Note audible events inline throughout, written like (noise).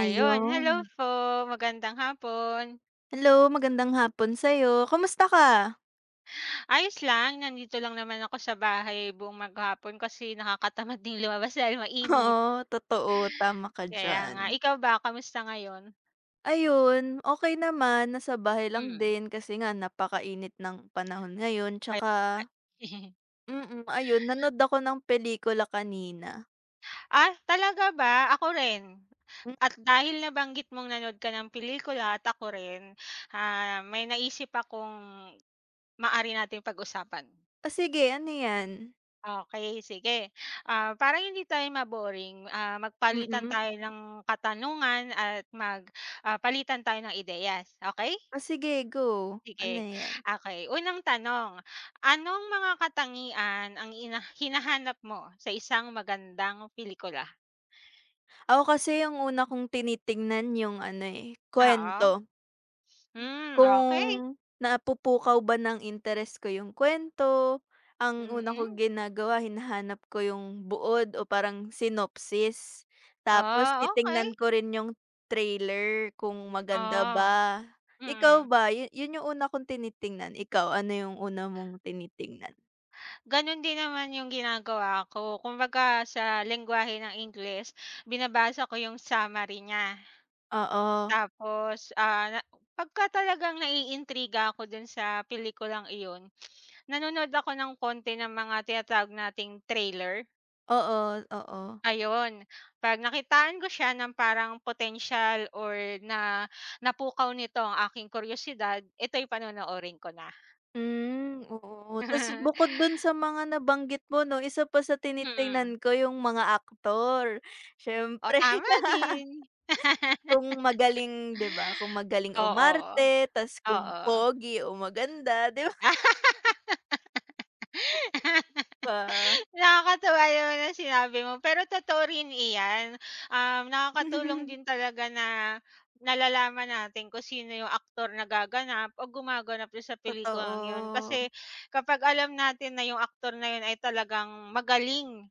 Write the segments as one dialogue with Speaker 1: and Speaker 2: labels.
Speaker 1: Ayun, hello po, magandang hapon.
Speaker 2: Hello, magandang hapon sa'yo. Kamusta ka?
Speaker 1: Ayos lang, nandito lang naman ako sa bahay buong maghapon kasi nakakatamad ding lumabas dahil
Speaker 2: (laughs)
Speaker 1: mainit.
Speaker 2: Oo, totoo, tama ka
Speaker 1: Kaya
Speaker 2: diyan.
Speaker 1: nga, ikaw ba kamusta ngayon?
Speaker 2: Ayun, okey naman. Nasa bahay lang
Speaker 1: Hmm.
Speaker 2: din kasi nga napakainit ng panahon ngayon
Speaker 1: Kaya
Speaker 2: tsaka
Speaker 1: nga. (laughs)
Speaker 2: ayun nanood ako ng pelikula kanina.
Speaker 1: Ah, talaga ba? Ako rin.
Speaker 2: Hmm,
Speaker 1: At dahil nabanggit mong nanood ka ng pelikula at ako rin, may naisip akong maaari natin pag-usapan.
Speaker 2: o sige ano 'yan?
Speaker 1: Okay, sige. Ah, para hindi tayo maboring, magpalitan
Speaker 2: Mm.
Speaker 1: tayo ng katanungan at palitan tayo ng ideyas, okay.
Speaker 2: O sige go,
Speaker 1: Sige,
Speaker 2: ano 'yan?
Speaker 1: okay. Unang tanong, anong mga katangian ang hinahanap mo sa isang magandang pelikula?
Speaker 2: Ako kasi yung una kong tinitingnan yung ano, eh,
Speaker 1: Oo.
Speaker 2: kuwento.
Speaker 1: Hmm, okay.
Speaker 2: Kung napupukaw ba ng interes ko yung kwento ang una
Speaker 1: Mm.
Speaker 2: kong ginagawa hinahanap ko yung buod o parang synopsis. Tapos
Speaker 1: Ah, okey.
Speaker 2: titingnan ko rin yung trailer kung maganda
Speaker 1: Oo.
Speaker 2: ba. Ikaw
Speaker 1: Mm.
Speaker 2: ba, yun yung una kong tinitingnan, ikaw ano yung una mong tinitingnan?
Speaker 1: Gano'n din naman yung ginagawa ko. Kumbaga sa lengguwahe ng Ingles, binabasa ko yung summary niya.
Speaker 2: Oo,
Speaker 1: Tapos, ah, na pagka talagang naiintriga ako dun sa pelikulang iyon, nanonood ako ng konti ng mga tinatawag nating trailer,
Speaker 2: oo, oo.
Speaker 1: ayun. 'Pag nakitaan ko siya ng parang potensyal or na napukaw nito ang aking kuryosidad, ito'y panonoorin ko na.
Speaker 2: Hmm, oo. Tas bukod
Speaker 1: (laughs)
Speaker 2: dun sa mga nabanggit mo 'no, isa pa sa
Speaker 1: Mm.
Speaker 2: tinitingnan ko yung mga aktor,
Speaker 1: O,
Speaker 2: siyempre.
Speaker 1: tama
Speaker 2: (laughs)
Speaker 1: din.
Speaker 2: Kung
Speaker 1: (laughs)
Speaker 2: magaling, 'di ba, kung magaling
Speaker 1: Oo.
Speaker 2: umarte tas kung
Speaker 1: Oo.
Speaker 2: pogi o maganda, 'di
Speaker 1: (laughs)
Speaker 2: ba?
Speaker 1: Nakakatuwa yun na sinabi mo, pero totoo rin iyan. Nakakatulong
Speaker 2: (laughs)
Speaker 1: din talaga na nalalaman natin kung sino yung aktor na gaganap o gumaganap dun sa pelikulang yun.
Speaker 2: Totoo,
Speaker 1: Kasi kapag alam natin na yung aktor na yun ay talagang magaling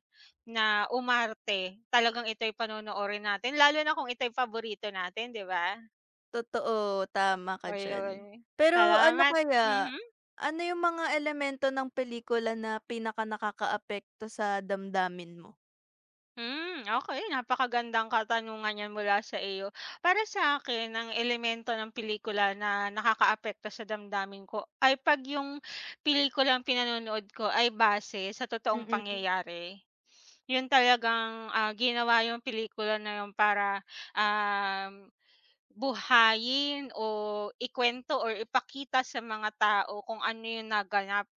Speaker 1: na umarte, talagang ito'y panonoorin natin lalo na kung ito'y paborito natin, 'di ba?
Speaker 2: totoo, tama ka diyan.
Speaker 1: Ayun,
Speaker 2: Pero ano
Speaker 1: salamat.
Speaker 2: kaya,
Speaker 1: Mhm.
Speaker 2: ano yung mga elemento ng pelikula na pinakanakakaapekto sa damdamin mo?
Speaker 1: Hmm, okay. Napakagandang katanungan 'yan mula sa iyo. Para sa akin, ang elemento ng pelikula na nakakaapekto sa damdamin ko ay 'pag yung pelikulang pinanonood ko ay base sa totoong
Speaker 2: Mm.
Speaker 1: pangyayari. Yun talagang, ginawa yung pelikula na yun para, um buhayin o ikwento or ipakita sa mga tao kung ano yung naganap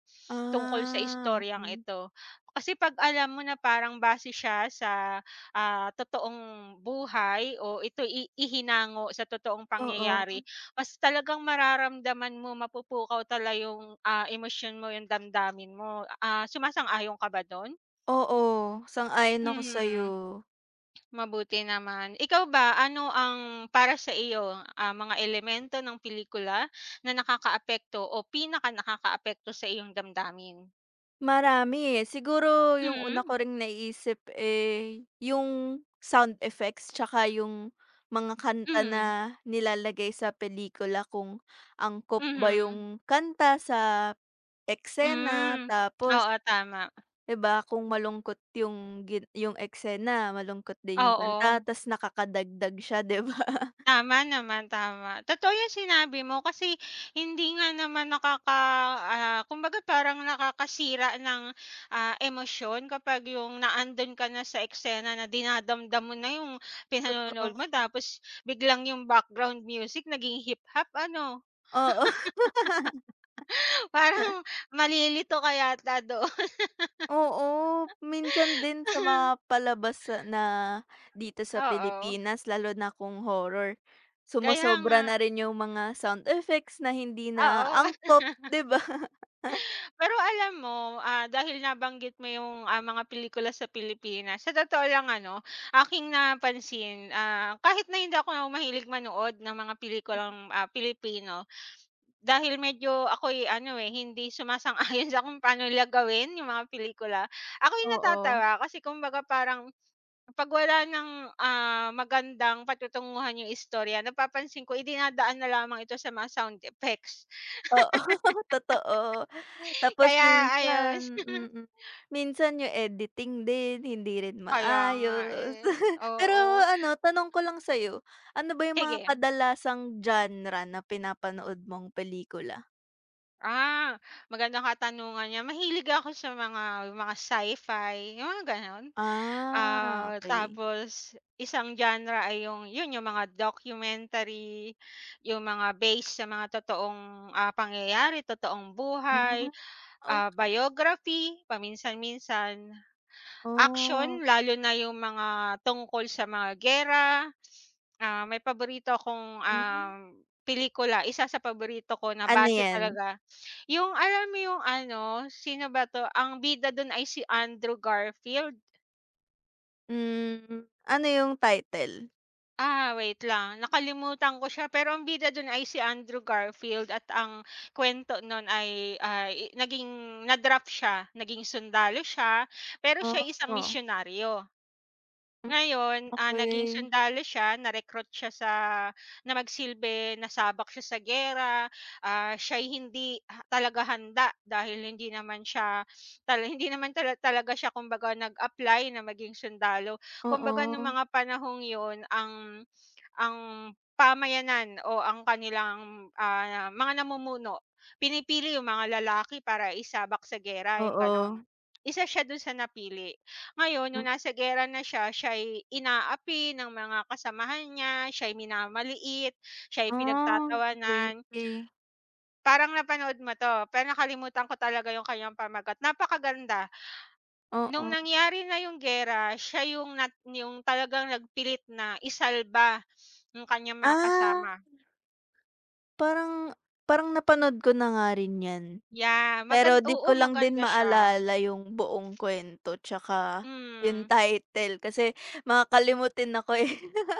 Speaker 1: tungkol sa
Speaker 2: Ah,
Speaker 1: istoryang
Speaker 2: okey.
Speaker 1: ito. Kasi 'pag alam mo na parang base siya sa, totoong buhay o ito ihinango sa totoong
Speaker 2: Oo,
Speaker 1: pangyayari, mas talagang mararamdaman mo, mapupukaw yung, emosyon mo, yung damdamin mo. Ah, sumasang-ayon ka ba dun?
Speaker 2: oo, sang-ayon ako sa'yo.
Speaker 1: Mhm. Mabuti naman. Ikaw ba, ano ang para sa iyo, mga elemento ng pelikula na nakakaapekto o pinakanakakaapekto sa iyong damdamin?
Speaker 2: Marami, eh. Siguro yung una
Speaker 1: Mhm,
Speaker 2: ko ring naiisip, eh, yung sound effects tsaka yung mga kanta na
Speaker 1: mhm,
Speaker 2: nilalagay sa pelikula kung angkop ba
Speaker 1: mhm.
Speaker 2: yung kanta sa eksena.
Speaker 1: Hmm,
Speaker 2: Tapos
Speaker 1: oo, tama.
Speaker 2: 'di ba kung malungkot yung yung eksena, malungkot din yung kanta
Speaker 1: Oo.
Speaker 2: ta's nakakadagdag siya, 'di ba? (laughs)
Speaker 1: Tama naman, tama. Totoo yung sinabi mo kasi hindi nga naman kumbaga parang nakakasira ng, emosyon kapag yung naandun ka na sa eksena na dinadamdam mo na yung pinanonood
Speaker 2: Totoo.
Speaker 1: mo tapos biglang yung background music naging hip-hop ano,
Speaker 2: Oo. (laughs)
Speaker 1: (laughs) parang malilito ka yata doon.
Speaker 2: Oo, minsan din sa mga
Speaker 1: (laughs)
Speaker 2: palabas sa na dito sa
Speaker 1: Oo,
Speaker 2: Pilipinas lalo na kung horror,
Speaker 1: kaya nga,
Speaker 2: sumosobra na rin yung mga sound effects na hindi na
Speaker 1: oo.
Speaker 2: angkop, 'di ba? (laughs)
Speaker 1: Pero alam mo, dahil nabanggit mo yung, mga pelikula sa Pilipinas, sa totoo lang ano, aking napansin, kahit na hindi ako mahilig manood ng mga pelikulang, Pilipino, dahil medyo ako ano, eh, hindi sumasang-ayon (laughs) sa kung paano nila gawin yung mga pelikula, ako'y
Speaker 2: Oo.
Speaker 1: natatawa kasi kumbaga parang 'pag wala ng, magandang patutunguhan yung istorya napapansin ko idinadaan na lamang ito sa mga sound effects.
Speaker 2: Oo, (laughs) totoo.
Speaker 1: (laughs)
Speaker 2: Tapos
Speaker 1: Kaya ayun.
Speaker 2: minsan minsan yung editing din hindi rin
Speaker 1: Kaya nga
Speaker 2: maayos.
Speaker 1: eh,
Speaker 2: (laughs) Pero
Speaker 1: oo.
Speaker 2: ano, tanong ko lang sa'yo, ano ba yung mga
Speaker 1: Sige,
Speaker 2: kadalasang genre na pinapanood mong pelikula?
Speaker 1: ah, magandang katanungan niya. Mahilig ako sa mga sci-fi, yung mga gano'n.
Speaker 2: Ah,
Speaker 1: Ah,
Speaker 2: okay.
Speaker 1: tapos isang genre ay yung yun, yung mga documentary, yung mga based sa mga totoong, pangyayari, totoong buhay,
Speaker 2: Hmm, o
Speaker 1: biography paminsan-minsan. Action,
Speaker 2: oh,
Speaker 1: lalo na yung mga tungkol sa mga giyera. Ah, may paborito akong,
Speaker 2: hmm.
Speaker 1: um, pelikula, isa sa paborito ko na
Speaker 2: Ano
Speaker 1: base
Speaker 2: 'yan?
Speaker 1: talaga yung alam mo yung ano, sino ba 'to, ang bida dun ay si Andrew Garfield.
Speaker 2: Ano yung title?
Speaker 1: Ah, wait lang, nakalimutan ko siya, pero ang bida dun ay si Andrew Garfield at ang kuwento nun ay, ah, i naging na-draft siya, naging sundalo siya, pero siya ay isang
Speaker 2: Ah,
Speaker 1: misyonaryo.
Speaker 2: hmm,
Speaker 1: Ngayon, naging
Speaker 2: okey.
Speaker 1: sundalo siya, na-recruit siya na magsilbi, nasabak siya sa giyera, siya'y hindi talaga handa dahil hindi naman siya hindi naman talaga siya kumbaga nag-apply na maging sundalo. Kumbaga nung
Speaker 2: Oo.
Speaker 1: mga panahong yun ang pamayanan o ang kanilang, mga namumuno, pinipili yung mga lalaki para isabak sa gera yung gano'n.
Speaker 2: Oo.
Speaker 1: Isa siya dun sa napili. Ngayon nung
Speaker 2: Hmm,
Speaker 1: nasa gera na siya, siya'y inaapi ng mga kasamahan niya, siya'y minamaliit, siya'y
Speaker 2: ah,
Speaker 1: pinagtatawanan.
Speaker 2: okey.
Speaker 1: Parang napanood mo 'to, pero nakalimutan ko talaga yung kanyang pamagat, napakaganda. Nung
Speaker 2: Oo.
Speaker 1: nangyari na yung gera siya yung nat yung talagang nagpilit na isalba ng kanyang mga
Speaker 2: Ah,
Speaker 1: kasama.
Speaker 2: parang parang napanood ko na nga rin 'yan.
Speaker 1: Yeah,
Speaker 2: Pero di
Speaker 1: oo,
Speaker 2: ko lang din
Speaker 1: maganda siya.
Speaker 2: maalala yung buong kuwento tsaka yung
Speaker 1: Hmm.
Speaker 2: title kasi makakalimutin ako, eh.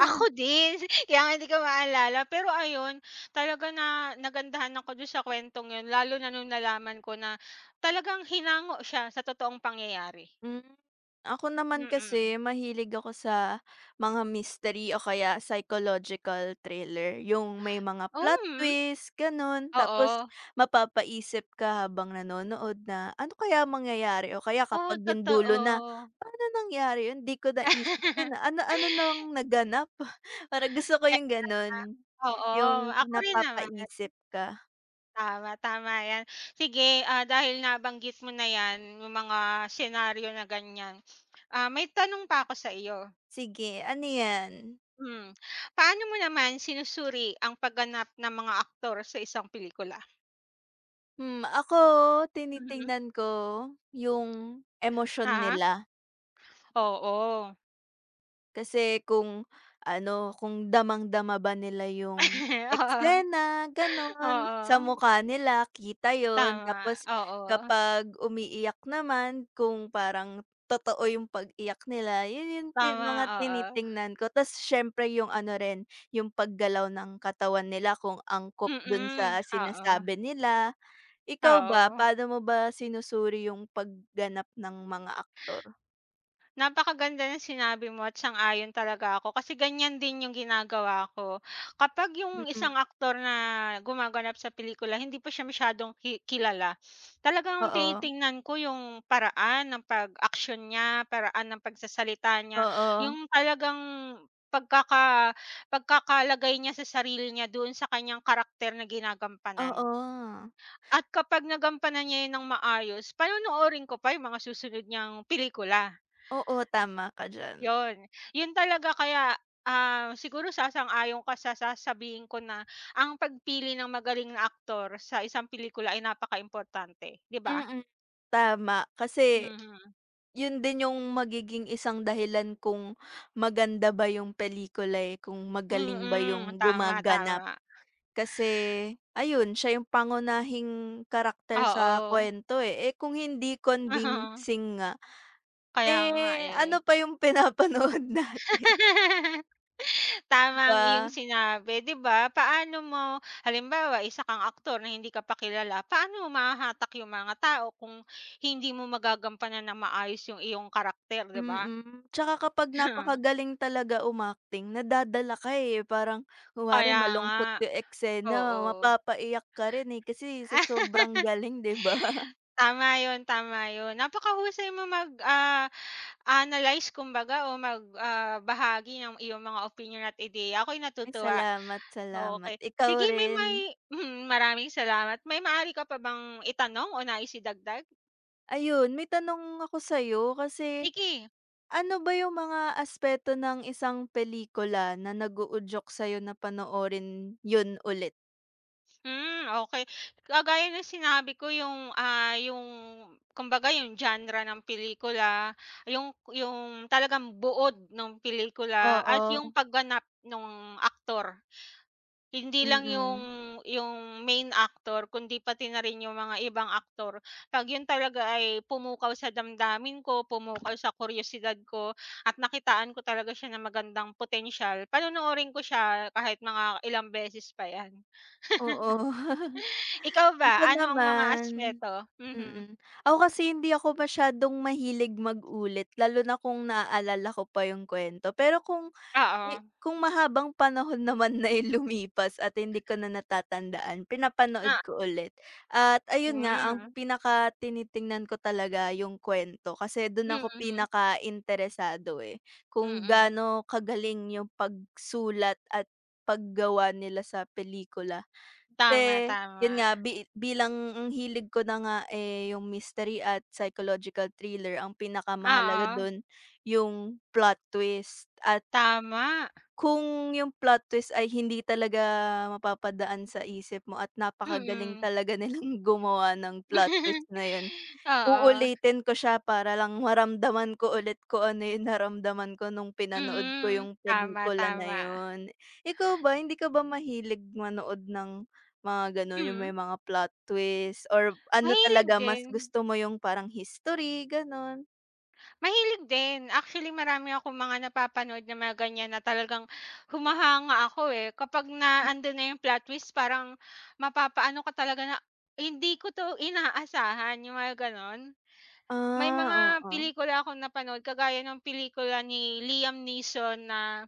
Speaker 1: Ako din, (laughs) kaya nga hindi ko maalala. Pero ayun, talaga na nagandahan ako dun sa kuwentong yun lalo na nung nalaman ko na talagang hinango siya sa totoong pangyayari.
Speaker 2: Hmm, ako naman
Speaker 1: Mm.
Speaker 2: kasi mahilig ako sa mga mystery o kaya psychological thriller, yung may mga plot
Speaker 1: Hmm,
Speaker 2: twist gano'n. Tapos
Speaker 1: oo.
Speaker 2: mapapaisip ka habang nanonood na, "Ano kaya mangyayari?" O kaya
Speaker 1: Oo,
Speaker 2: kapag yung dulo na,
Speaker 1: totoo.
Speaker 2: "Paano nangyari yun? 'Di ko naisip yun, ah,
Speaker 1: (laughs)
Speaker 2: ano-ano nang naganap?" (laughs) Para gusto ko yung gano'n,
Speaker 1: Kaya oo,
Speaker 2: yung
Speaker 1: ako rin naman.
Speaker 2: napapaisip ka.
Speaker 1: Tama, tama yan. Sige, dahil nabanggit mo na yan, yung mga senaryo na ganyan. Ah, may tanong pa ako sa iyo.
Speaker 2: Sige, ano 'yan?
Speaker 1: Hmm, paano mo naman sinusuri ang pagganap ng mga aktor sa isang pelikula?
Speaker 2: Ako
Speaker 1: Mhm.
Speaker 2: tinitingnan ko yung emosyon
Speaker 1: Ah,
Speaker 2: nila.
Speaker 1: oo.
Speaker 2: Kasi kung ano, kung damang-dama ba nila yung
Speaker 1: (laughs) Oo,
Speaker 2: eksena, gano'n. Sa
Speaker 1: oo.
Speaker 2: mukha nila kita yon.
Speaker 1: Tama,
Speaker 2: Tapos
Speaker 1: oo.
Speaker 2: kapag umiiyak naman kung parang totoo yung pag-iyak nila, yun yung tin
Speaker 1: Tama,
Speaker 2: mga
Speaker 1: oo.
Speaker 2: tinitingnan ko. Tapos siyempre yung ano rin, yung paggalaw ng katawan nila kung angkop dun
Speaker 1: Mm,
Speaker 2: sa
Speaker 1: oo,
Speaker 2: sinasabi nila. Ikaw ba,
Speaker 1: oo.
Speaker 2: paano mo ba sinusuri yung pagganap ng mga aktor?
Speaker 1: Napakaganda ng sinabi mo at sang-ayon talaga ako kasi ganyan din yung ginagawa ko. Kapag yung
Speaker 2: Mm.
Speaker 1: isang aktor na gumaganap sa pelikula hindi pa siya masyadong kilala, talagang
Speaker 2: Oo,
Speaker 1: tinitingnan ko yung paraan ng pag action niya, paraan ng pagsasalita niya, yung
Speaker 2: oo,
Speaker 1: talagang pagkaka pagkakalagay niya sa sarili niya doon sa kanyang karakter na ginagampanan.
Speaker 2: oo,
Speaker 1: At kapag nagampanan niya yun ng maayos, panonoorin ko pa yung mga susunod niyang pelikula.
Speaker 2: oo, tama ka diyan.
Speaker 1: Yun, yun talaga kaya, siguro sasang-ayon ka sa sasabihin ko na ang pagpili ng magaling na aktor sa isang pelikula ay napakaimportante, 'di ba?
Speaker 2: Mm. Tama, kasi
Speaker 1: Mhm,
Speaker 2: yun din yung magiging isang dahilan kung maganda ba yung pelikula, eh, kung magaling ba
Speaker 1: mm,
Speaker 2: yung
Speaker 1: tama,
Speaker 2: gumaganap.
Speaker 1: tama.
Speaker 2: Kasi ayun, siya yung pangunahing karakter sa
Speaker 1: Oo,
Speaker 2: kuwento, eh. Eh, kung hindi
Speaker 1: (laughs) uh
Speaker 2: convincing nga,
Speaker 1: kaya nga,
Speaker 2: eh,
Speaker 1: eh.
Speaker 2: ano pa yung pinapanood (laughs) na,
Speaker 1: (laughs)
Speaker 2: 'di
Speaker 1: Tama ang iyong
Speaker 2: ba?
Speaker 1: sinabi, 'di ba? Paano mo halimbawa isa kang aktor na hindi ka pakilala. Paano mo mahahatak yung mga tao kung hindi mo magagampanan ng maayos yung iyong karakter, 'di ba?
Speaker 2: Mm, tsaka kapag
Speaker 1: (laughs)
Speaker 2: napakagaling talaga umacting nadadala ka, eh, parang kunwari
Speaker 1: Kaya nga,
Speaker 2: malungkot yung
Speaker 1: oo.
Speaker 2: eksena mapapaiyak ka rin, eh, kasi sa
Speaker 1: (laughs)
Speaker 2: sobrang galing 'di ba? (laughs)
Speaker 1: Tama yun, tama yun. Napakahusay mo mag, analyze kumbaga o magbahagi ng iyong mga opinion at ideya. Ako'y
Speaker 2: Ay
Speaker 1: natutuwa,
Speaker 2: salamat, salamat.
Speaker 1: okay.
Speaker 2: Ikaw
Speaker 1: Sige may
Speaker 2: rin.
Speaker 1: may (laughs) maraming salamat. May maaari ka pa bang itanong o nais idagdag?
Speaker 2: Ayun, may tanong ako sa'yo kasi
Speaker 1: Sige.
Speaker 2: ano ba yung mga aspeto ng isang pelikula na nag-uudyok sa'yo na panoorin yun ulit?
Speaker 1: Hmm, okay. Kagaya ng sinabi ko yung kumbaga yung genre ng pelikula, yung talagang buod ng pelikula at yung
Speaker 2: Oo,
Speaker 1: pagganap ng aktor. Hindi lang yung
Speaker 2: mm.
Speaker 1: yung main actor kundi pati na rin yung mga ibang aktor. 'Pag yun talaga ay pumukaw sa damdamin ko, pumukaw sa kuryusidad ko at nakitaan ko talaga siya na magandang potensyal, panonoorin ko siya kahit mga ilang beses pa 'yan.
Speaker 2: Oo. (laughs)
Speaker 1: Ikaw ba,
Speaker 2: Ako
Speaker 1: ano ang mga
Speaker 2: naman.
Speaker 1: aspeto. Mhm,
Speaker 2: Mm. Ako kasi hindi ako masyadong mahilig mag-ulit lalo na kung naaalala ko pa yung kwento. Pero kung
Speaker 1: oo,
Speaker 2: Ye kung mahabang panahon (laughs) naman na yung lumipas at hindi ko na natatandaan, pinapanood
Speaker 1: ah,
Speaker 2: ko ulit. At ayun nga, ang
Speaker 1: hmm,
Speaker 2: pinaka tinitingnan ko talaga yung kwento kasi dun ako
Speaker 1: mm,
Speaker 2: pinaka interesado eh, kung
Speaker 1: mm,
Speaker 2: gaano kagaling yung pagsulat at paggawa nila sa pelikula.
Speaker 1: tama,
Speaker 2: Kasi
Speaker 1: tama.
Speaker 2: yun nga bilang ang hilig ko na nga, eh, yung mystery at psychological thriller ang pinakamahalaga
Speaker 1: Oo,
Speaker 2: dun yung plot twist at
Speaker 1: tama,
Speaker 2: kung yung plot twist ay hindi talaga mapapadaan sa isip mo at napakagaling
Speaker 1: mm.
Speaker 2: talaga nilang (laughs) gumawa ng plot twist
Speaker 1: (laughs)
Speaker 2: na yun.
Speaker 1: Oo,
Speaker 2: Uulitin ko siya para lang maramdaman ko ulit kung ano yung naramdaman ko nung pinanood ko
Speaker 1: mhm,
Speaker 2: yung
Speaker 1: tama,
Speaker 2: pelikula na
Speaker 1: tama,
Speaker 2: yun. Ikaw ba, hindi ka ba mahilig manood ng mga gano'n, yung
Speaker 1: mm,
Speaker 2: may mga plot twist or ano
Speaker 1: mahilig
Speaker 2: talaga mas
Speaker 1: din.
Speaker 2: gusto mo yung parang history, gano'n?
Speaker 1: Mahilig din. Actually, marami akong mga napapanood na mga ganyan na talagang humahanga ako, eh. Kapag na andun na yung plot twist parang mapapaano ka talaga na, "Hindi ko 'to inaasahan," yung mga gano'n. May
Speaker 2: Ah,
Speaker 1: mga
Speaker 2: oo.
Speaker 1: pelikula akong napanood kagaya ng pelikula ni Liam Neeson na,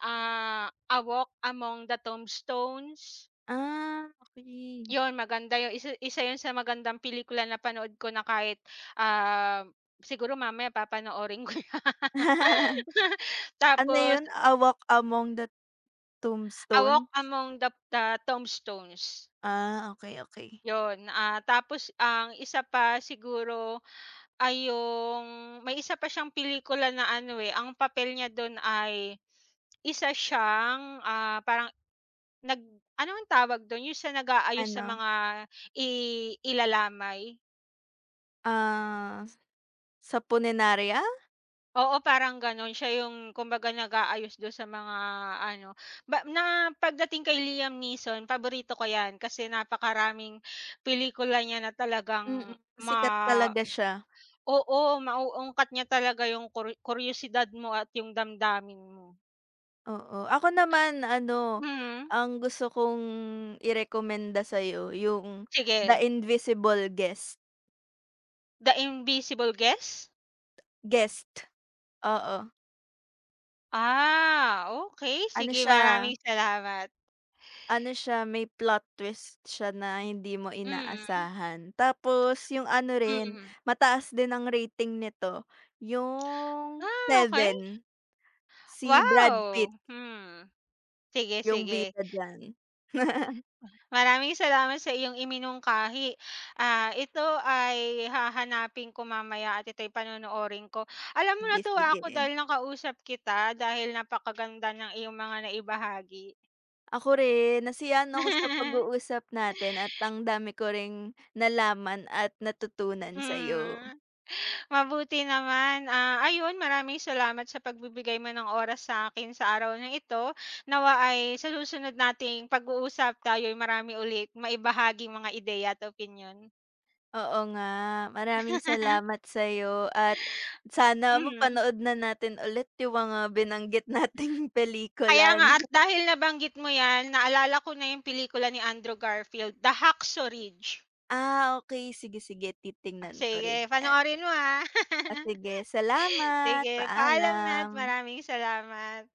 Speaker 1: ah, A Walk Among the Tombstones.
Speaker 2: Ah, okay.
Speaker 1: Yon maganda 'yun. Isa isa 'yun sa magandang pelikula napanood ko na kahit, ah, siguro mamaya papanoorin ko (laughs) 'yun.
Speaker 2: (laughs) Ano
Speaker 1: Tapos
Speaker 2: yun, A Walk Among the
Speaker 1: A
Speaker 2: Tombstone?
Speaker 1: Walk Among the Tombstones,
Speaker 2: Ah, okay, okay.
Speaker 1: 'yun. Ah, tapos ang isa pa siguro ay yung may isa pa siyang pelikula na ano, eh, ang papel niya dun ay isa siyang, parang nag ano ang tawag dun, yung sa nag-aayos sa
Speaker 2: Ano,
Speaker 1: mga i ilalamay?
Speaker 2: ah, sa Punenaria?
Speaker 1: Oo, parang gano'n. Siya yung kumbaga nag-aayos do'n sa mga ano ba na pagdating kay Liam Neeson, paborito ko 'yan kasi napakaraming pelikula niya na talagang ma
Speaker 2: Sikat talaga siya,
Speaker 1: oo, mauungkat niya talaga yung kuryusidad mo at yung damdamin mo.
Speaker 2: oo. Ako naman ano,
Speaker 1: Mhm,
Speaker 2: ang gusto kong irekomenda sa'yo yung The
Speaker 1: sige.
Speaker 2: Invisible Guest.
Speaker 1: The Invisible Guest?
Speaker 2: Guest, oo.
Speaker 1: Ah, okay.
Speaker 2: Ano
Speaker 1: Sige,
Speaker 2: siya,
Speaker 1: maraming salamat.
Speaker 2: ano siya may plot twist siya na hindi mo
Speaker 1: Mm,
Speaker 2: inaasahan. Tapos yung ano rin,
Speaker 1: mm.
Speaker 2: mataas din ang rating nito, yung
Speaker 1: Ah, okay.
Speaker 2: 7. Si Brad
Speaker 1: Wow!
Speaker 2: Pitt
Speaker 1: Hmm, sige,
Speaker 2: yung
Speaker 1: sige.
Speaker 2: bida diyan. (laughs)
Speaker 1: Maraming salamat sa iyong iminungkahi. Ah, ito ay hahanapin ko mamaya at ito'y panonoorin ko. Alam mo,
Speaker 2: Sige,
Speaker 1: natuwa ako
Speaker 2: sige.
Speaker 1: dahil nakausap kita dahil napakaganda ng iyong mga naibahagi.
Speaker 2: Ako rin, nasiyahan ako sa
Speaker 1: (laughs)
Speaker 2: pag-uusap natin at ang dami ko ring nalaman at natutunan sa'yo.
Speaker 1: Hmm, mabuti naman. Ah, ayun, maraming salamat sa pagbibigay mo ng oras sa akin sa araw na ito. Nawa ay sa susunod nating pag-uusap tayo'y marami ulit maibahagi mga ideya at opinyon.
Speaker 2: Oo nga, maraming
Speaker 1: Mhm. (laughs)
Speaker 2: salamat sa'yo at sana mapanood na natin ulit yung mga binanggit (laughs) nating pelikula
Speaker 1: Kaya nga at
Speaker 2: 'no.
Speaker 1: dahil nabanggit mo 'yan, naalala ko na 'yung pelikula ni Andrew Garfield, The Hacksaw Ridge.
Speaker 2: Ah, okay sige, sige
Speaker 1: Ah,
Speaker 2: titingnan ko rin
Speaker 1: sige
Speaker 2: 'yan.
Speaker 1: panoorin mo, ah.
Speaker 2: Oh,
Speaker 1: (laughs)
Speaker 2: sige salamat,
Speaker 1: Sige, paalam na at
Speaker 2: paalam.
Speaker 1: maraming salamat.